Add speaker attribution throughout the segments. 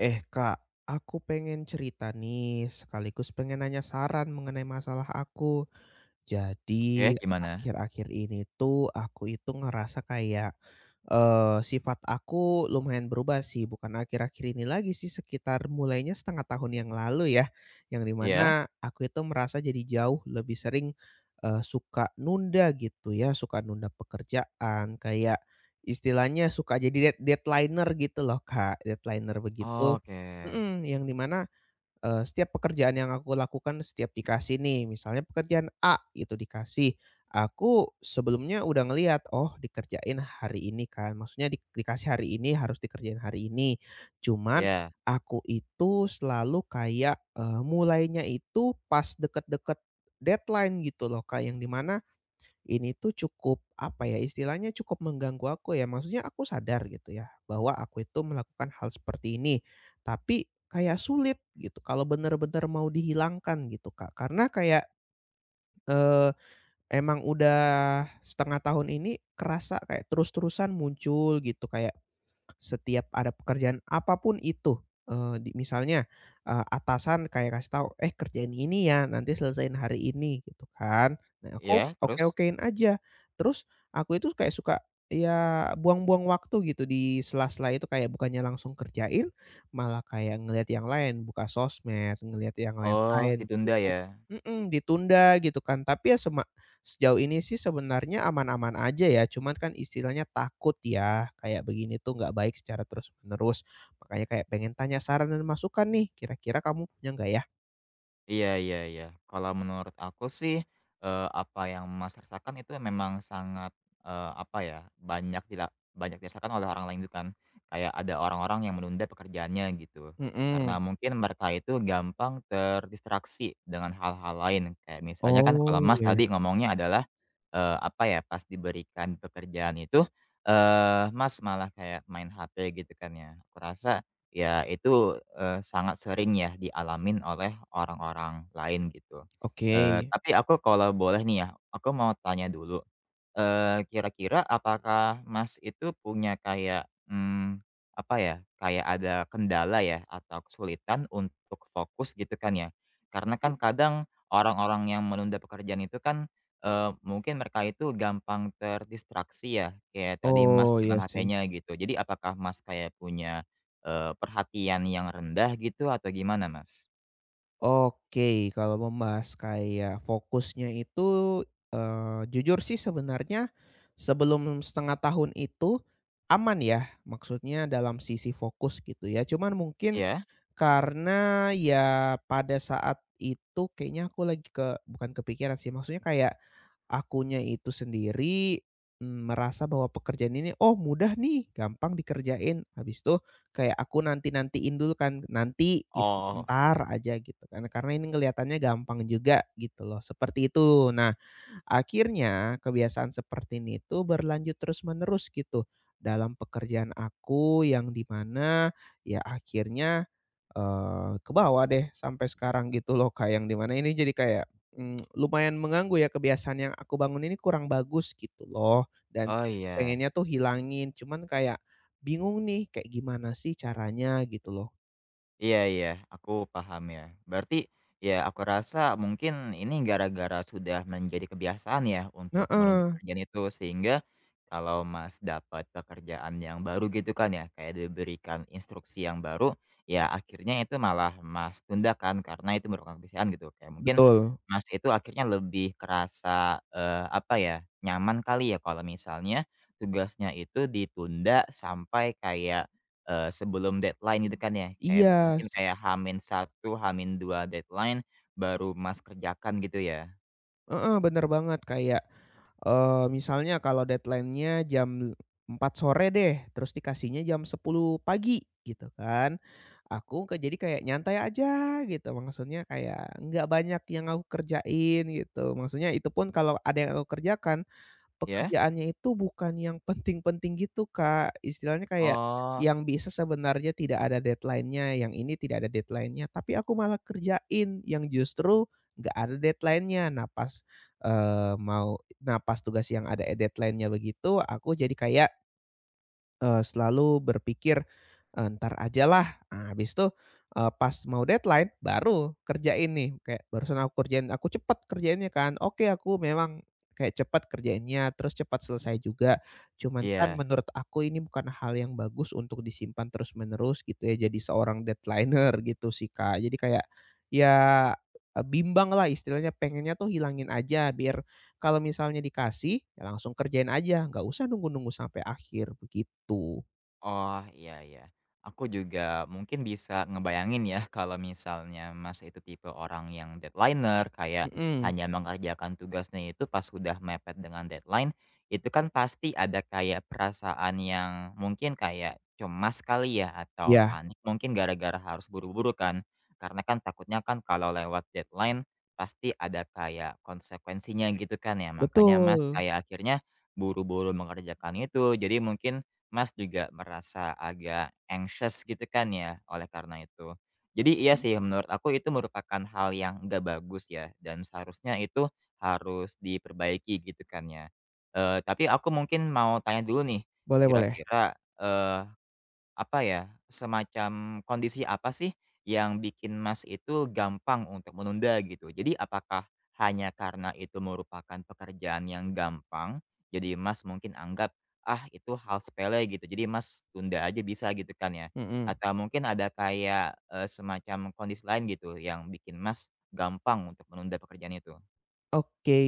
Speaker 1: Eh Kak, aku pengen cerita nih, sekaligus pengen nanya saran mengenai masalah aku. Jadi
Speaker 2: Oke, gimana?
Speaker 1: akhir-akhir ini tuh aku itu ngerasa kayak, sifat aku lumayan berubah sih, bukan akhir-akhir ini lagi sih, sekitar mulainya setengah tahun yang lalu ya, yang
Speaker 2: Iya?
Speaker 1: dimana aku itu merasa jadi jauh lebih sering, suka nunda gitu ya, suka nunda pekerjaan, kayak istilahnya suka jadi deadliner gitu loh Kak, deadliner begitu,
Speaker 2: Oke.
Speaker 1: mhm, yang dimana. Setiap pekerjaan yang aku lakukan setiap dikasih nih, misalnya pekerjaan A gitu dikasih, aku sebelumnya udah ngelihat, "Oh dikerjain hari ini kan," maksudnya dikasih hari ini harus dikerjain hari ini. Cuman
Speaker 2: Iya
Speaker 1: aku itu selalu kayak, mulainya itu pas deket-deket deadline gitu loh Kak, yang di mana ini tuh cukup, apa ya, istilahnya cukup mengganggu aku ya, maksudnya aku sadar gitu ya, bahwa aku itu melakukan hal seperti ini, tapi kayak sulit gitu kalau bener-bener mau dihilangkan gitu, Kak. Karena kayak, eee, emang udah setengah tahun ini kerasa kayak terus-terusan muncul gitu kayak setiap ada pekerjaan apapun itu, eee, di misalnya, eee, atasan kayak kasih tahu, "Eh, kerjain ini ya, nanti selesaiin hari ini," gitu kan. Nah, aku
Speaker 2: iya, terus?
Speaker 1: oke-okein aja. Terus aku itu kayak suka, ya buang-buang waktu gitu di sela-sela itu, kayak bukannya langsung kerjain, malah kayak ngelihat yang lain, buka sosmed, ngelihat yang
Speaker 2: Oh,
Speaker 1: lain-lain
Speaker 2: ditunda
Speaker 1: gitu.
Speaker 2: ya?
Speaker 1: Mhm, ditunda gitu kan, tapi ya sejauh ini sih sebenarnya aman-aman aja ya, cuman kan istilahnya takut ya, kayak begini tuh nggak baik secara terus-menerus. Makanya kayak pengen tanya saran dan masukan nih, kira-kira kamu punya nggak ya?
Speaker 2: Iya iya iya. Kalau menurut aku sih, apa yang Mas rasakan itu memang sangat, apa ya, banyak dirasakan oleh orang lain itu kan. Kayak ada orang-orang yang menunda pekerjaannya gitu.
Speaker 1: Mhm.
Speaker 2: Karena mungkin mereka itu gampang terdistraksi dengan hal-hal lain. Kayak misalnya kan
Speaker 1: Oh,
Speaker 2: kalau Mas
Speaker 1: iya iya.
Speaker 2: tadi ngomongnya adalah, apa ya, pas diberikan pekerjaan itu, Mas malah kayak main HP gitu kan ya. Aku rasa ya itu, sangat sering ya dialamin oleh orang-orang lain gitu.
Speaker 1: Oke.
Speaker 2: Tapi aku kalau boleh nih ya, aku mau tanya dulu kira-kira apakah Mas itu punya kayak, apa ya, kayak ada kendala ya atau kesulitan untuk fokus gitu kan ya? Karena
Speaker 1: Mhm.
Speaker 2: kan kadang orang-orang yang menunda pekerjaan itu kan, mungkin mereka itu gampang terdistraksi ya, kayak tadi Mas
Speaker 1: Oh, iya
Speaker 2: dengan
Speaker 1: sih.
Speaker 2: HP-nya gitu. Jadi apakah Mas kayak punya, perhatian yang rendah gitu atau gimana Mas?
Speaker 1: Oke, kalau membahas kayak fokusnya itu, jujur sih sebenarnya sebelum setengah tahun itu aman ya, maksudnya dalam sisi fokus gitu ya. Cuman mungkin
Speaker 2: Iya?
Speaker 1: karena ya pada saat itu kayaknya aku lagi bukan kepikiran sih, maksudnya kayak akunya itu sendiri, merasa bahwa pekerjaan ini, "Oh mudah nih, gampang dikerjain." Habis itu kayak aku nanti-nantiin dulu kan, nanti gitu,
Speaker 2: Oh.
Speaker 1: entar aja gitu kan, karena ini kelihatannya gampang juga gitu loh, seperti itu. Nah, akhirnya kebiasaan seperti ini tuh berlanjut terus-menerus gitu dalam pekerjaan aku yang dimana ya akhirnya, eh, ke bawah deh sampai sekarang gitu loh, kayak yang dimana ini jadi kayak, lumayan mengganggu ya, kebiasaan yang aku bangun ini kurang bagus gitu loh, dan
Speaker 2: Oh iya.
Speaker 1: pengennya tuh hilangin cuman kayak bingung nih kayak gimana sih caranya gitu loh.
Speaker 2: Iya iya, aku paham ya. Berarti, ya aku rasa mungkin ini gara-gara sudah menjadi kebiasaan ya untuk menunda
Speaker 1: Heeh,
Speaker 2: pekerjaan itu sehingga kalau Mas dapat pekerjaan yang baru gitu kan ya, kayak diberikan instruksi yang baru, ya akhirnya itu malah Mas tunda kan karena itu merupakan kebiasaan gitu. Kayak mungkin
Speaker 1: betul.
Speaker 2: Mas itu akhirnya lebih kerasa, apa ya, nyaman kali ya kalau misalnya tugasnya itu ditunda sampai kayak sebelum deadline gitu kan ya, kayak
Speaker 1: Iya.
Speaker 2: mungkin kayak hamin satu hamin dua deadline baru Mas kerjakan gitu ya?
Speaker 1: Heeh, bener banget kayak, misalnya kalau deadline-nya jam 4 sore deh, terus dikasihnya jam 10 pagi gitu kan. Aku jadi kayak nyantai aja gitu, maksudnya kayak nggak banyak yang aku kerjain gitu, maksudnya itu pun kalau ada yang aku kerjakan,
Speaker 2: Ya?
Speaker 1: pekerjaannya itu bukan yang penting-penting gitu, Kak. Istilahnya kayak,
Speaker 2: Oh,
Speaker 1: yang bisa sebenarnya tidak ada deadline-nya, yang ini tidak ada deadline-nya, tapi aku malah kerjain yang justru nggak ada deadline-nya. Nah pas, eee, mau nah pas tugas yang ada, deadline-nya begitu, aku jadi kayak selalu berpikir, "Eh, ntar aja lah. Ah, habis itu, pas mau deadline baru kerjain nih, kayak barusan aku kerjain, aku cepet kerjainnya kan." Oke, aku memang kayak cepat kerjainnya, terus cepat selesai juga. Cuman kan
Speaker 2: iya.
Speaker 1: menurut aku ini bukan hal yang bagus untuk disimpan terus-menerus gitu ya, jadi seorang deadliner gitu sih, Kak. Jadi kayak, ya, bimbang lah istilahnya, pengennya tuh hilangin aja biar kalau misalnya dikasih, ya langsung kerjain aja, nggak usah nunggu-nunggu sampai akhir, begitu.
Speaker 2: Oh, iya iya. Aku juga mungkin bisa ngebayangin ya kalau misalnya Mas itu tipe orang yang deadliner, kayak
Speaker 1: Mhm.
Speaker 2: hanya mengerjakan tugasnya itu pas sudah mepet dengan deadline, itu kan pasti ada kayak perasaan yang mungkin kayak cemas kali ya atau
Speaker 1: Iya,
Speaker 2: panik mungkin gara-gara harus buru-buru kan. Karena kan takutnya kan kalau lewat deadline pasti ada kayak konsekuensinya gitu kan ya. Makanya Mas
Speaker 1: betul.
Speaker 2: kayak akhirnya buru-buru mengerjakan itu. Jadi mungkin Mas juga merasa agak anxious gitu kan ya, oleh karena itu. Jadi iya
Speaker 1: Mhm.
Speaker 2: sih menurut aku itu merupakan hal yang nggak bagus ya dan seharusnya itu harus diperbaiki gitu kan ya. Tapi aku mungkin mau tanya dulu nih,
Speaker 1: Boleh boleh.
Speaker 2: kira-kira, eh, apa ya, semacam kondisi apa sih yang bikin Mas itu gampang untuk menunda gitu? Jadi apakah hanya karena itu merupakan pekerjaan yang gampang, jadi Mas mungkin anggap, "Ah itu hal sepele," gitu, jadi Mas tunda aja bisa gitu kan ya?
Speaker 1: Mhm.
Speaker 2: Atau mungkin ada kayak, semacam kondisi lain gitu yang bikin Mas gampang untuk menunda pekerjaan itu?
Speaker 1: Oke,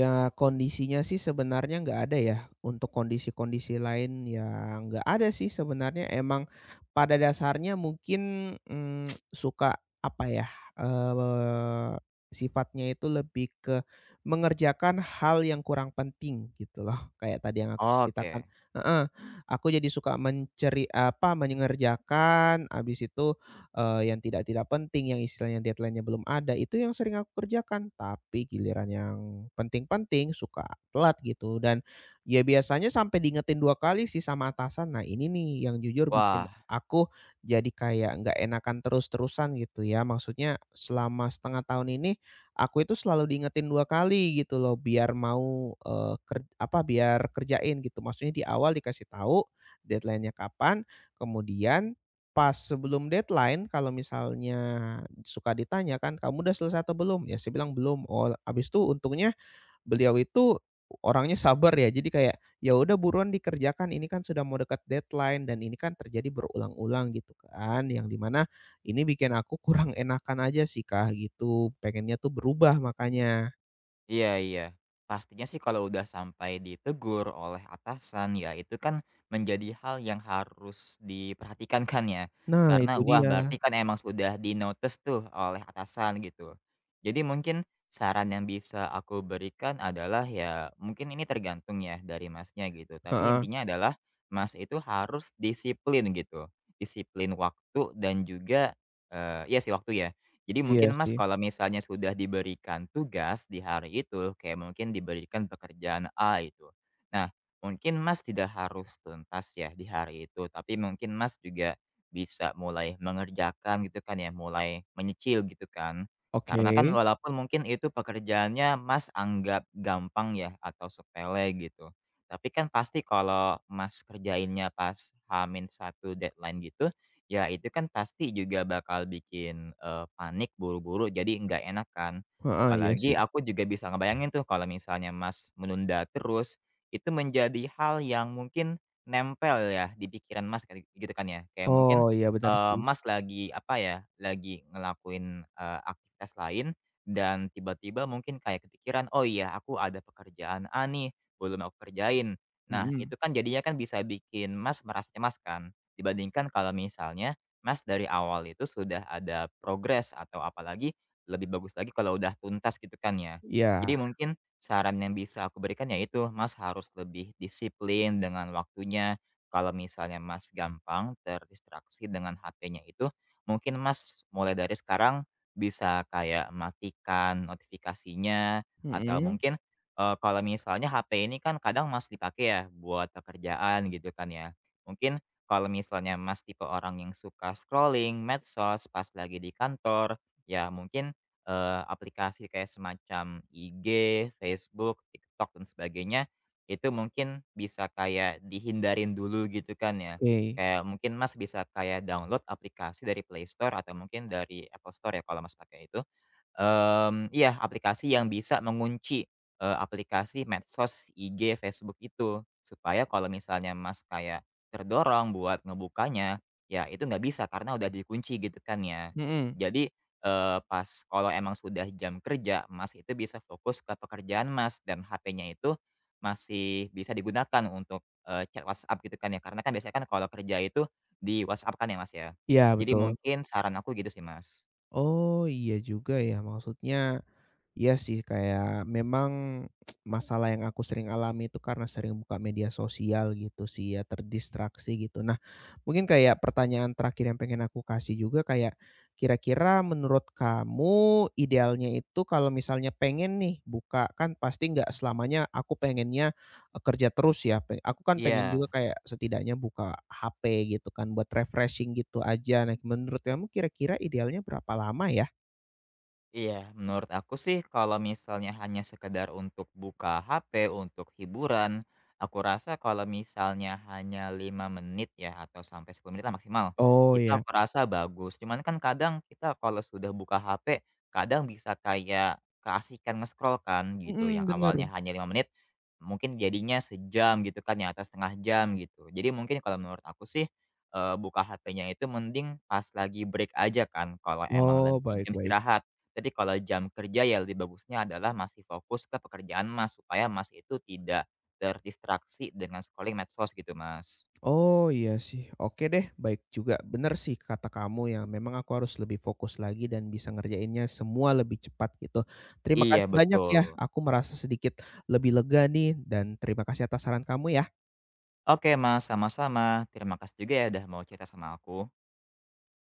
Speaker 1: ya kondisinya sih sebenarnya nggak ada ya, untuk kondisi-kondisi lain ya nggak ada sih sebenarnya. Emang pada dasarnya mungkin, suka apa ya, eee, sifatnya itu lebih ke mengerjakan hal yang kurang penting gitu loh, kayak tadi yang aku
Speaker 2: Oke.
Speaker 1: ceritakan. Heeh, aku jadi suka mengerjakan, habis itu yang tidak-tidak penting, yang istilahnya deadline-nya belum ada, itu yang sering aku kerjakan. Tapi giliran yang penting-penting suka telat gitu, dan ya biasanya sampai diingetin 2 kali sih sama atasan. Nah ini nih yang jujur bikin
Speaker 2: Wah.
Speaker 1: aku jadi kayak nggak enakan terus-terusan gitu ya. Maksudnya selama setengah tahun ini aku itu selalu diingetin 2 kali gitu loh biar mau, eee, ker apa, biar kerjain gitu. Maksudnya di awal dikasih tahu deadline-nya kapan, kemudian pas sebelum deadline kalau misalnya suka ditanya kan, "Kamu udah selesai atau belum?" Ya saya bilang, "Belum." Oh, habis itu untungnya beliau itu orangnya sabar ya, jadi kayak, "Ya udah buruan dikerjakan, ini kan sudah mau dekat deadline dan ini kan terjadi berulang-ulang," gitu kan. Yang dimana ini bikin aku kurang enakan aja sih, Kak, gitu. Pengennya tuh berubah makanya.
Speaker 2: Iya iya. Pastinya sih kalau udah sampai ditegur oleh atasan ya itu kan menjadi hal yang harus diperhatikan kan ya.
Speaker 1: Nah
Speaker 2: Karena
Speaker 1: itu
Speaker 2: wah
Speaker 1: dia.
Speaker 2: berarti kan emang sudah di-notice tuh oleh atasan gitu. Jadi mungkin saran yang bisa aku berikan adalah ya mungkin ini tergantung ya dari Masnya gitu. Tapi
Speaker 1: Heeh,
Speaker 2: intinya adalah Mas itu harus disiplin gitu. Disiplin waktu dan juga, iya sih waktu ya. Jadi
Speaker 1: iya
Speaker 2: mungkin Mas
Speaker 1: sih.
Speaker 2: kalau misalnya sudah diberikan tugas di hari itu, kayak mungkin diberikan pekerjaan A itu. Nah, mungkin Mas tidak harus tuntas ya di hari itu, tapi mungkin Mas juga bisa mulai mengerjakan gitu kan ya, mulai menyicil gitu kan.
Speaker 1: Oke.
Speaker 2: Karena kan walaupun mungkin itu pekerjaannya Mas anggap gampang ya atau sepele gitu. Tapi kan pasti kalau Mas kerjainnya pas h satu deadline gitu, ya itu kan pasti juga bakal bikin, panik buru-buru jadi nggak enak kan.
Speaker 1: Heeh, iya sih.
Speaker 2: Apalagi aku juga bisa ngebayangin tuh kalau misalnya Mas menunda terus, itu menjadi hal yang mungkin nempel ya di pikiran Mas kayak gitu kan ya. Kayak mungkin,
Speaker 1: Oh, iya bener sih.
Speaker 2: Mas lagi apa ya, lagi ngelakuin, aktivitas lain dan tiba-tiba mungkin kayak kepikiran, "Oh iya aku ada pekerjaan A nih, belum aku kerjain." Nah
Speaker 1: Mhm.
Speaker 2: itu kan jadinya kan bisa bikin Mas merasa cemas kan? Dibandingkan kalau misalnya Mas dari awal itu sudah ada progres atau apalagi lebih bagus lagi kalau udah tuntas gitu kan ya.
Speaker 1: Iya.
Speaker 2: Jadi mungkin saran yang bisa aku berikan yaitu Mas harus lebih disiplin dengan waktunya. Kalau misalnya Mas gampang terdistraksi dengan HP-nya itu, mungkin Mas mulai dari sekarang bisa kayak matikan notifikasinya atau
Speaker 1: Mhm.
Speaker 2: mungkin kalau misalnya HP ini kan kadang Mas dipakai ya buat pekerjaan gitu kan ya. Mungkin kalau misalnya Mas tipe orang yang suka scrolling medsos pas lagi di kantor, ya mungkin, aplikasi kayak semacam IG, Facebook, TikTok, dan sebagainya, itu mungkin bisa kayak dihindarin dulu gitu kan ya.
Speaker 1: Oke,
Speaker 2: Kayak mungkin Mas bisa kayak download aplikasi dari Play Store atau mungkin dari Apple Store ya kalau Mas pakai itu, iya aplikasi yang bisa mengunci, aplikasi medsos, IG, Facebook itu. Supaya kalau misalnya Mas kayak terdorong buat ngebukanya, ya itu nggak bisa karena udah dikunci gitu kan ya.
Speaker 1: mhm,
Speaker 2: Jadi, pas kalau emang sudah jam kerja Mas itu bisa fokus ke pekerjaan Mas dan HP-nya itu masih bisa digunakan untuk, chat WhatsApp gitu kan ya, karena kan biasanya kan kalau kerja itu di WhatsApp kan ya Mas ya.
Speaker 1: iya
Speaker 2: Jadi
Speaker 1: betul.
Speaker 2: mungkin saran aku gitu sih Mas.
Speaker 1: Oh iya juga ya, maksudnya, iya sih, kayak memang masalah yang aku sering alami itu karena sering buka media sosial gitu sih ya, terdistraksi gitu. Nah, mungkin kayak pertanyaan terakhir yang pengen aku kasih juga kayak, kira-kira menurut kamu idealnya itu kalau misalnya pengen nih buka, kan pasti nggak selamanya aku pengennya, kerja terus ya, aku kan pengen
Speaker 2: Iya.
Speaker 1: juga kayak setidaknya buka HP gitu kan buat refreshing gitu aja. Nah, menurut kamu kira-kira idealnya berapa lama ya?
Speaker 2: Iya, menurut aku sih kalau misalnya hanya sekedar untuk buka HP, untuk hiburan, aku rasa kalau misalnya hanya 5 menit ya atau sampai 10 menit lah maksimal,
Speaker 1: Oh,
Speaker 2: itu
Speaker 1: ya.
Speaker 2: aku rasa bagus. Cuman kan kadang kita kalau sudah buka HP, kadang bisa kayak keasikan nge-scroll kan gitu, yang
Speaker 1: Mhm, bener.
Speaker 2: awalnya hanya 5 menit, mungkin jadinya sejam gitu kan ya atau setengah jam gitu. Jadi mungkin kalau menurut aku sih, buka HP-nya itu mending pas lagi break aja kan, kalau emang
Speaker 1: Oh,
Speaker 2: lagi
Speaker 1: baik
Speaker 2: jam
Speaker 1: baik.
Speaker 2: istirahat. Jadi kalau jam kerja ya lebih bagusnya adalah masih fokus ke pekerjaan Mas, supaya Mas itu tidak terdistraksi dengan scrolling medsos gitu Mas.
Speaker 1: Oh, iya sih. Oke deh, baik juga. Bener sih kata kamu ya, memang aku harus lebih fokus lagi dan bisa ngerjainnya semua lebih cepat gitu. Terima
Speaker 2: Iya
Speaker 1: kasih banyak ya,
Speaker 2: betul.
Speaker 1: aku merasa sedikit lebih lega nih dan terima kasih atas saran kamu ya.
Speaker 2: Oke Mas, sama-sama. Terima kasih juga ya udah mau cerita sama aku.